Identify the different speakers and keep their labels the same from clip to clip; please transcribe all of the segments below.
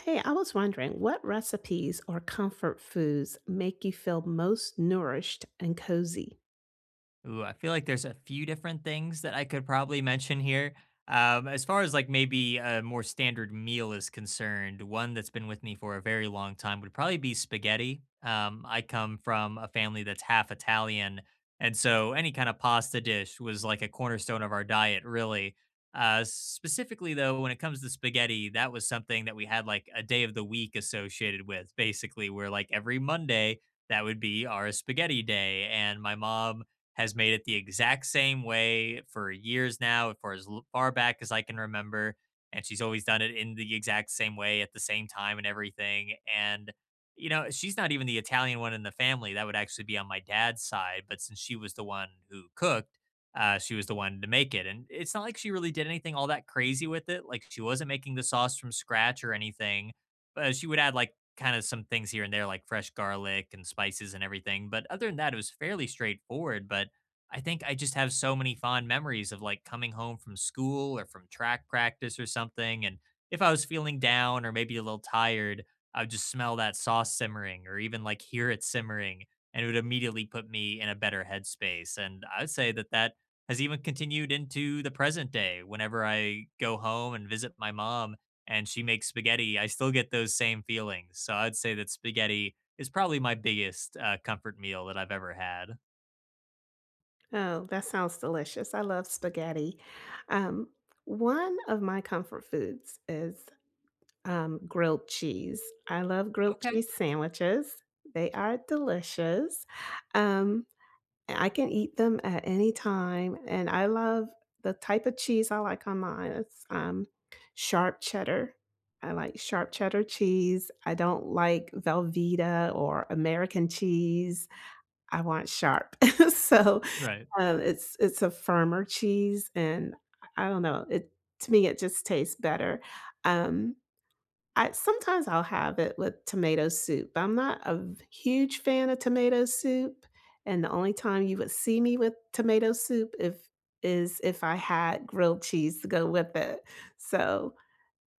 Speaker 1: Hey, I was wondering what recipes or comfort foods make you feel most nourished and cozy?
Speaker 2: Ooh, I feel like there's a few different things that I could probably mention here. As far as like maybe a more standard meal is concerned, one that's been with me for a very long time would probably be spaghetti. I come from a family that's half Italian, and so any kind of pasta dish was like a cornerstone of our diet, really. Specifically, though, when it comes to spaghetti, that was something that we had like a day of the week associated with, basically, where like every Monday, that would be our spaghetti day. And my mom has made it the exact same way for years now, for as far back as I can remember. And she's always done it in the exact same way at the same time and everything. And she's not even the Italian one in the family. That would actually be on my dad's side. But since she was the one who cooked, she was the one to make it. And it's not like she really did anything all that crazy with it. Like, she wasn't making the sauce from scratch or anything. But she would add like kind of some things here and there like fresh garlic and spices and everything. But other than that, it was fairly straightforward. But I think I just have so many fond memories of like coming home from school or from track practice or something. And if I was feeling down or maybe a little tired, I would just smell that sauce simmering or even like hear it simmering. And it would immediately put me in a better headspace. And I would say that that has even continued into the present day. Whenever I go home and visit my mom, and she makes spaghetti, I still get those same feelings. So I'd say that spaghetti is probably my biggest, comfort meal that I've ever had.
Speaker 1: Oh, that sounds delicious. I love spaghetti. Um, One of my comfort foods is grilled cheese. I love grilled
Speaker 2: Okay.
Speaker 1: cheese sandwiches. They are delicious. Um, And I can eat them at any time, and I love the type of cheese I like on mine, it's sharp cheddar. I like sharp cheddar cheese. I don't like Velveeta or American cheese. I want sharp. So,
Speaker 2: Right,
Speaker 1: it's a firmer cheese, and I don't know, it to me, it just tastes better. Um I sometimes I'll have it with tomato soup. I'm not a v huge fan of tomato soup, and the only time you would see me with tomato soup if is if I had grilled cheese to go with it. So,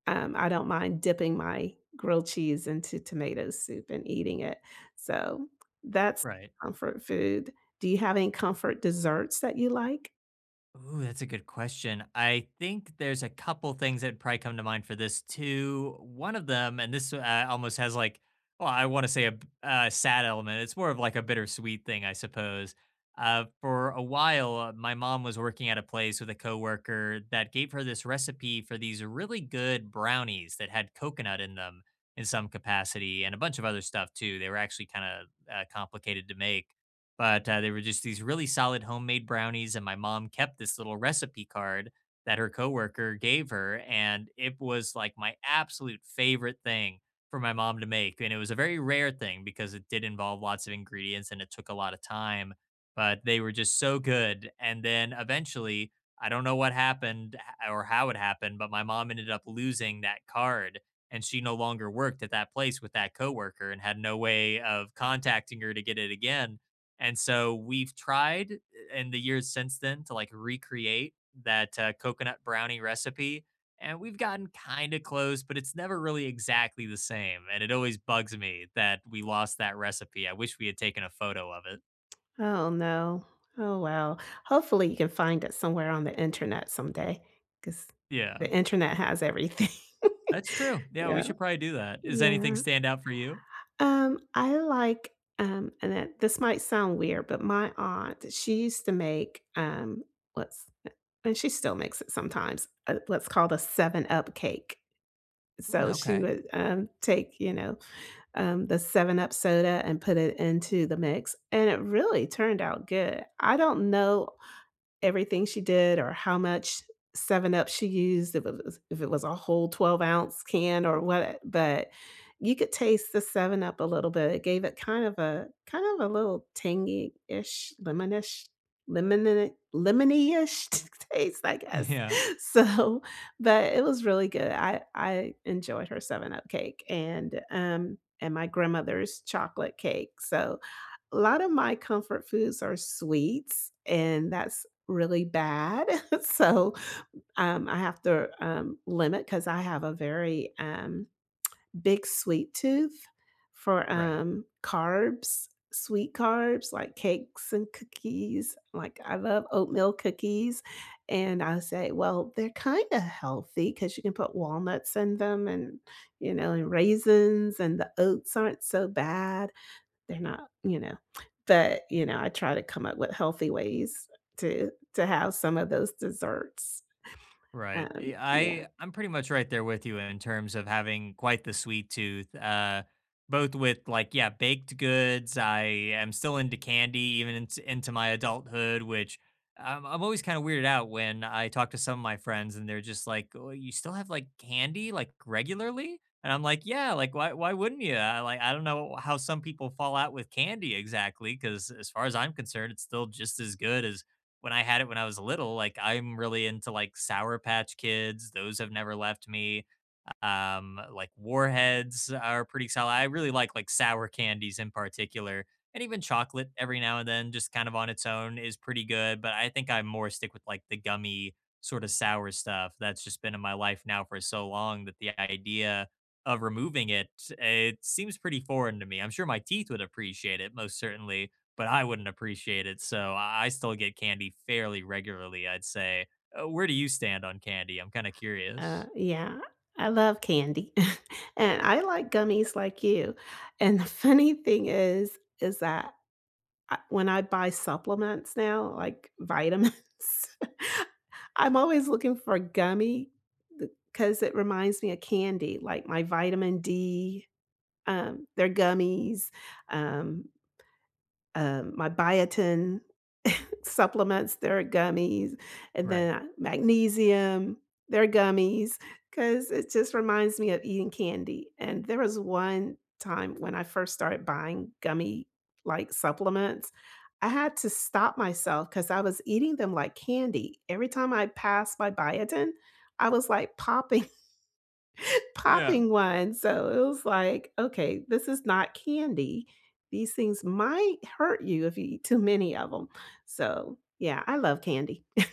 Speaker 1: I don't mind dipping my grilled cheese into tomato soup and eating it. So, that's
Speaker 2: right.
Speaker 1: comfort food. Do you have any comfort desserts that you like?
Speaker 2: Ooh, that's a good question. I think there's a couple things that probably come to mind for this too. One of them, and this almost has like, well, I want to say a sad element. It's more of like a bittersweet thing, I suppose. For a while, my mom was working at a place with a coworker that gave her this recipe for these really good brownies that had coconut in them in some capacity and a bunch of other stuff too. They were actually kind of complicated to make, but they were just these really solid homemade brownies, and my mom kept this little recipe card that her coworker gave her, and it was like my absolute favorite thing for my mom to make. And it was a very rare thing because it did involve lots of ingredients and it took a lot of time, but they were just so good. And then eventually, I don't know what happened or how it happened, but my mom ended up losing that card, and she no longer worked at that place with that coworker and had no way of contacting her to get it again. And so we've tried, in the years since then, to like recreate that coconut brownie recipe. And we've gotten kind of close, but it's never really exactly the same. And it always bugs me that we lost that recipe. I wish we had taken a photo of it.
Speaker 1: Oh, no. Oh, wow. Hopefully, you can find it somewhere on the internet someday, because
Speaker 2: Yeah,
Speaker 1: the internet has everything.
Speaker 2: that's true. Yeah, we
Speaker 1: Yeah.
Speaker 2: should probably do that. Does anything
Speaker 1: Yeah.
Speaker 2: stand out for you?
Speaker 1: I like, and that this might sound weird, but my aunt, she used to make, what's and she still makes it sometimes, what's called a 7 Up cake.
Speaker 2: Mm,
Speaker 1: So she
Speaker 2: okay.
Speaker 1: would, take, the 7 Up soda and put it into the mix, and it really turned out good. I don't know everything she did or how much seven up she used, if it was a whole 12-ounce can or what. But you could taste the seven up a little bit. It gave it kind of a little tangy-ish, lemonish lemon lemony-ish taste, I guess.
Speaker 2: Yeah,
Speaker 1: So but it was really good. I enjoyed her seven up cake, and and my grandmother's chocolate cake. So a lot of my comfort foods are sweets, and that's really bad. So, I have to, limit, because I have a very, big sweet tooth for,
Speaker 2: right.
Speaker 1: carbs, sweet carbs like cakes and cookies. Like, I love oatmeal cookies, and I say, "Well, they're kinda healthy because you can put walnuts in them, and, you know, and raisins, and the oats aren't so bad." They're not, you know, but, I try to come up with healthy ways to have some of those desserts.
Speaker 2: Right.
Speaker 1: Um,
Speaker 2: Eh,
Speaker 1: yeah,
Speaker 2: I'm pretty much right there with you in terms of having quite the sweet tooth. Both with like, yeah, baked goods. I am still into candy even into my adulthood, which I'm always kind of weirded out when I talk to some of my friends and they're just like, "Oh, you still have like candy like regularly?" And I'm like, "Yeah, like why wouldn't you?" I like, I don't know how some people fall out with candy exactly, because as far as I'm concerned, it's still just as good as when I had it when I was little. Like, I'm really into like Sour Patch Kids. Those have never left me. Like, Warheads are pretty solid. I really like sour candies in particular, and even chocolate every now and then just kind of on its own is pretty good. But I think I more stick with like the gummy sort of sour stuff that's just been in my life now for so long that the idea of removing it it seems pretty foreign to me. I'm sure my teeth would appreciate it most certainly, but I wouldn't appreciate it. So I still get candy fairly regularly, I'd say. Where do you stand on candy? I'm kind of curious.
Speaker 1: yeah, I love candy, and I like gummies like you, and the funny thing is that I when I buy supplements now, like vitamins, I'm always looking for gummy, because it reminds me of candy, like my vitamin D, are gummies, um, my biotin supplements, there are gummies, and
Speaker 2: Right.
Speaker 1: then magnesium, there are gummies, because it just reminds me of eating candy. And there was one time when I first started buying gummy like supplements, I had to stop myself because I was eating them like candy. Every time I passed my biotin, I was like popping
Speaker 2: Yeah.
Speaker 1: popping one, so it was like, "Okay, this is not candy. These things might hurt you if you eat too many of them." So, yeah, I love candy.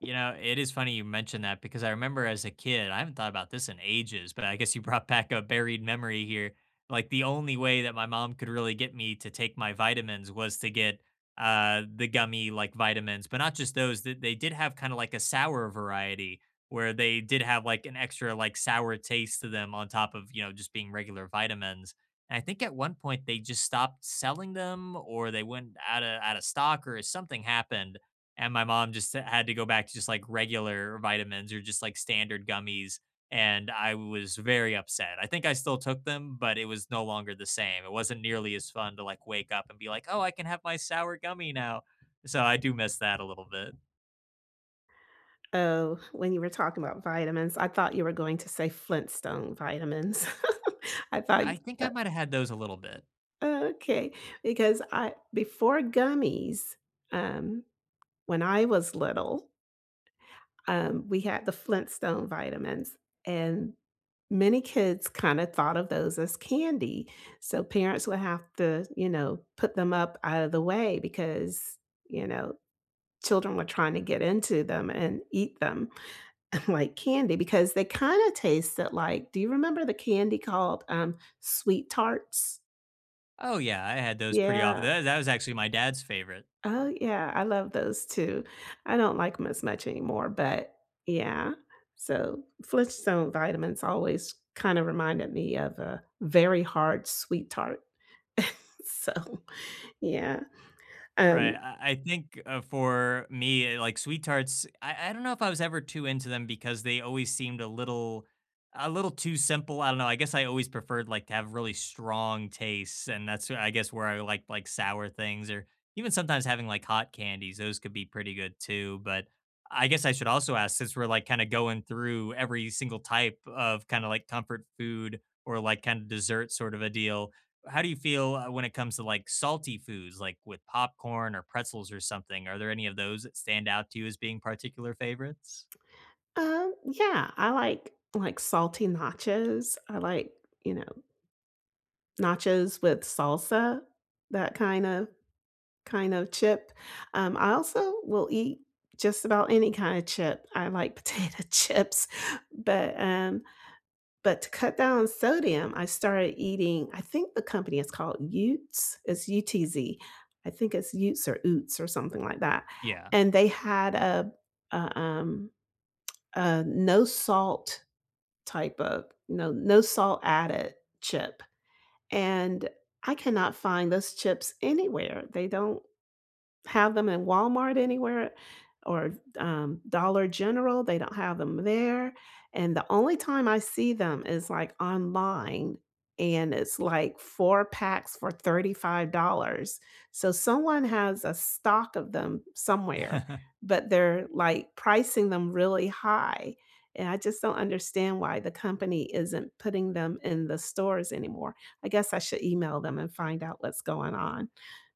Speaker 2: You know, it is funny you mentioned that, because I remember as a kid, I haven't thought about this in ages, but I guess you brought back a buried memory here. Like, the only way that my mom could really get me to take my vitamins was to get the gummy like vitamins, but not just those. That they did have kind of like a sour variety where they did have like an extra like sour taste to them on top of, you know, just being regular vitamins. And I think at one point they just stopped selling them, or they went out of stock or something happened, and my mom just had to go back to just like regular vitamins or just like standard gummies, and I was very upset. I think I still took them, but it was no longer the same. It wasn't nearly as fun to like wake up and be like, "Oh, I can have my sour gummy now." So I do miss that a little bit.
Speaker 1: Oh, when you were talking about vitamins, I thought you were going to say Flintstone vitamins. I thought
Speaker 2: I think I
Speaker 1: that's
Speaker 2: might have had those a little bit.
Speaker 1: okay, because I before gummies, um, when I was little, we had the Flintstone vitamins, and many kids kinda thought of those as candy, so parents would have to, you know, put them up out of the way because, you know, children were trying to get into them and eat them. Like candy, because they kind of tasted like, do you remember the candy called, Sweet Tarts?
Speaker 2: Oh yeah, I had those pretty often.
Speaker 1: Yeah.
Speaker 2: That was actually my dad's favorite.
Speaker 1: Oh, yeah, I love those too. I don't like them as much anymore, but yeah. So, Flintstone vitamins always kinda reminded me of a very hard sweet tart. So, yeah.
Speaker 2: Right.
Speaker 1: Um,
Speaker 2: I think, for me, like Sweet Tarts, I don't know if I was ever too into them because they always seemed a little too simple. I don't know. I guess I always preferred like to have really strong tastes, and that's I guess where I like sour things, or even sometimes having like hot candies. Those could be pretty good too. But I guess I should also ask, since we're like kind of going through every single type of kind of like comfort food or like kind of dessert sort of a deal, how do you feel, when it comes to like salty foods, like with popcorn or pretzels or something? Are there any of those that stand out to you as being particular favorites?
Speaker 1: yeah, I like salty nachos. I like, you know, nachos with salsa, that kind of chip. I also will eat just about any kind of chip. I like potato chips, but um, but to cut down on sodium, I started eating, I think the company is called Utes. It's U T Z. I think it's Utes or Oots or something like that.
Speaker 2: Yeah.
Speaker 1: And they had a um a no salt type of, no salt added chip, and I cannot find those chips anywhere. They don't have them in Walmart anywhere, or, Dollar General, they don't have them there, and the only time I see them is, like, online, and it's, like, 4 packs for $35. So someone has a stock of them somewhere, but they're, like, pricing them really high, and I just don't understand why the company isn't putting them in the stores anymore. I guess I should email them and find out what's going on,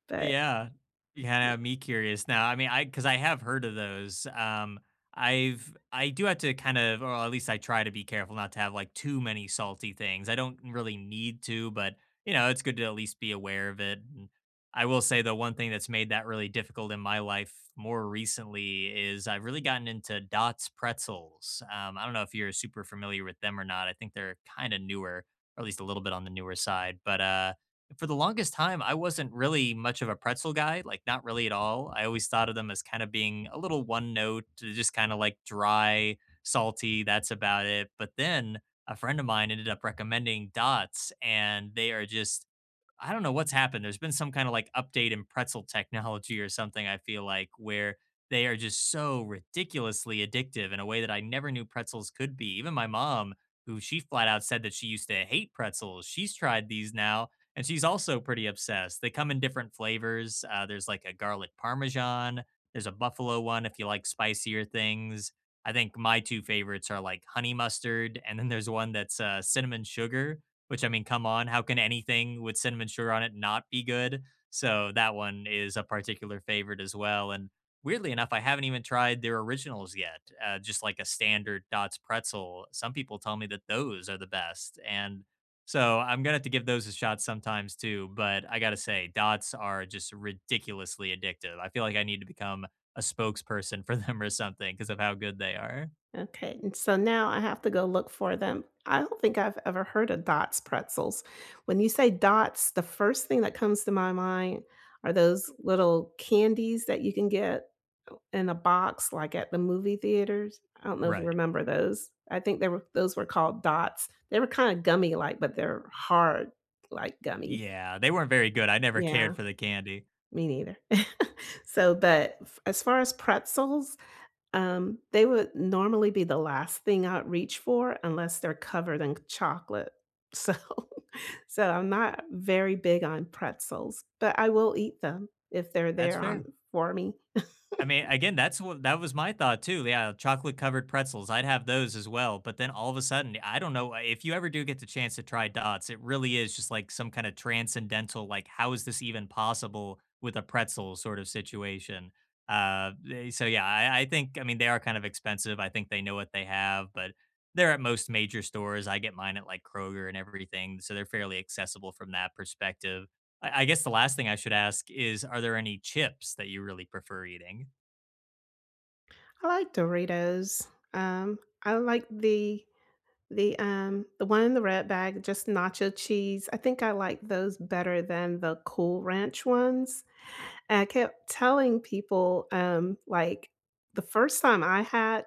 Speaker 1: but
Speaker 2: Yeah, you kinda me curious now. I mean, I, because I have heard of those. I've I do have to kind of, or at least I try to be careful not to have, like, too many salty things. I don't really need to, but, you know, it's good to at least be aware of it. And I will say the one thing that's made that really difficult in my life more recently is I've really gotten into Dots pretzels. I don't know if you're super familiar with them or not. I think they're kinda newer, or at least a little bit on the newer side, but, for the longest time, I wasn't really much of a pretzel guy, like, not really at all. I always thought of them as kind of being a little one note, just kind of like dry, salty, that's about it. But then a friend of mine ended up recommending Dots, and they are just, I don't know what's happened. There's been some kind of like update in pretzel technology or something, I feel like, where they are just so ridiculously addictive in a way that I never knew pretzels could be. Even my mom, who she flat out said that she used to hate pretzels, she's tried these now and she's also pretty obsessed. They come in different flavors. There's like a garlic parmesan, there's a buffalo one if you like spicier things. I think my two favorites are like honey mustard, and then there's one that's cinnamon sugar, which, I mean, come on, how can anything with cinnamon sugar on it not be good? So that one is a particular favorite as well. And weirdly enough, I haven't even tried their originals yet, just like a standard Dots pretzel. Some people tell me that those are the best. And so I'm going to have to give those a shot sometimes too. But I got to say, Dots are just ridiculously addictive. I feel like I need to become a spokesperson for them or something because of how good they are.
Speaker 1: okay, and so now I have to go look for them. I don't think I've ever heard of Dots pretzels. When you say Dots, the first thing that comes to my mind are those little candies that you can get in a box, like at the movie theaters. I don't know if you
Speaker 2: Right.
Speaker 1: remember those. I think they were those were called Dots. They were kind of gummy like, but they're hard, like gummy.
Speaker 2: Yeah, they weren't very good, I never
Speaker 1: Yeah,
Speaker 2: cared for the candy.
Speaker 1: me neither. So, but f as far as pretzels, they would normally be the last thing I'd reach for unless they're covered in chocolate. So so I'm not very big on pretzels, but I will eat them if they're
Speaker 2: That's
Speaker 1: there on
Speaker 2: fair.
Speaker 1: for me.
Speaker 2: I mean, again, that's what that was my thought too. Yeah, chocolate covered pretzels. I'd have those as well. But then all of a sudden, I don't know, if you ever do get the chance to try Dots, it really is just like some kind of transcendental, like, how is this even possible with a pretzel sort of situation? So yeah, I think, I mean, they are kind of expensive. I think they know what they have, but they're at most major stores. I get mine at like Kroger and everything. So they're fairly accessible from that perspective. I guess the last thing I should ask is, are there any chips that you really prefer eating?
Speaker 1: I like Doritos. I like the one in the red bag, just nacho cheese. I think I like those better than the Cool Ranch ones, and I kept telling people, the first time I had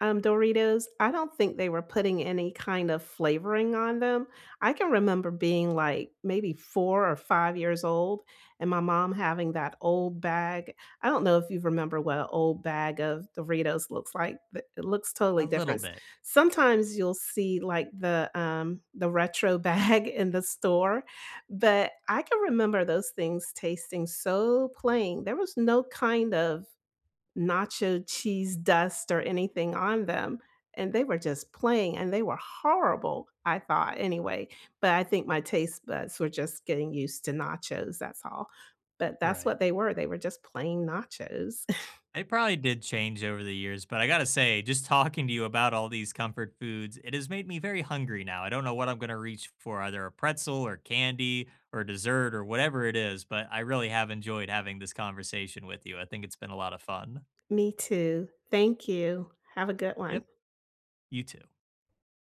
Speaker 1: Doritos, I don't think they were putting any kind of flavoring on them. I can remember being, like, maybe 4 or 5 years old and my mom having that old bag. I don't know if you remember what a old bag of Doritos looks like, but it looks
Speaker 2: A
Speaker 1: totally
Speaker 2: little
Speaker 1: different.
Speaker 2: bit,
Speaker 1: Sometimes you'll see, like, the retro bag in the store, but I can remember those things tasting so plain. There was no kind of nacho cheese dust or anything on them, and they were just plain, and they were horrible, I thought anyway, but I think my taste buds were just getting used to nachos, that's all, but that's
Speaker 2: right.
Speaker 1: what they were just plain nachos.
Speaker 2: It probably did change over the years, but I gotta say, just talking to you about all these comfort foods, it has made me very hungry now. I don't know what I'm gonna reach for, either a pretzel or candy or dessert or whatever it is, but I really have enjoyed having this conversation with you. I think it's been a lot of fun.
Speaker 1: Me too. Thank you. Have a good one.
Speaker 2: Yep, you too.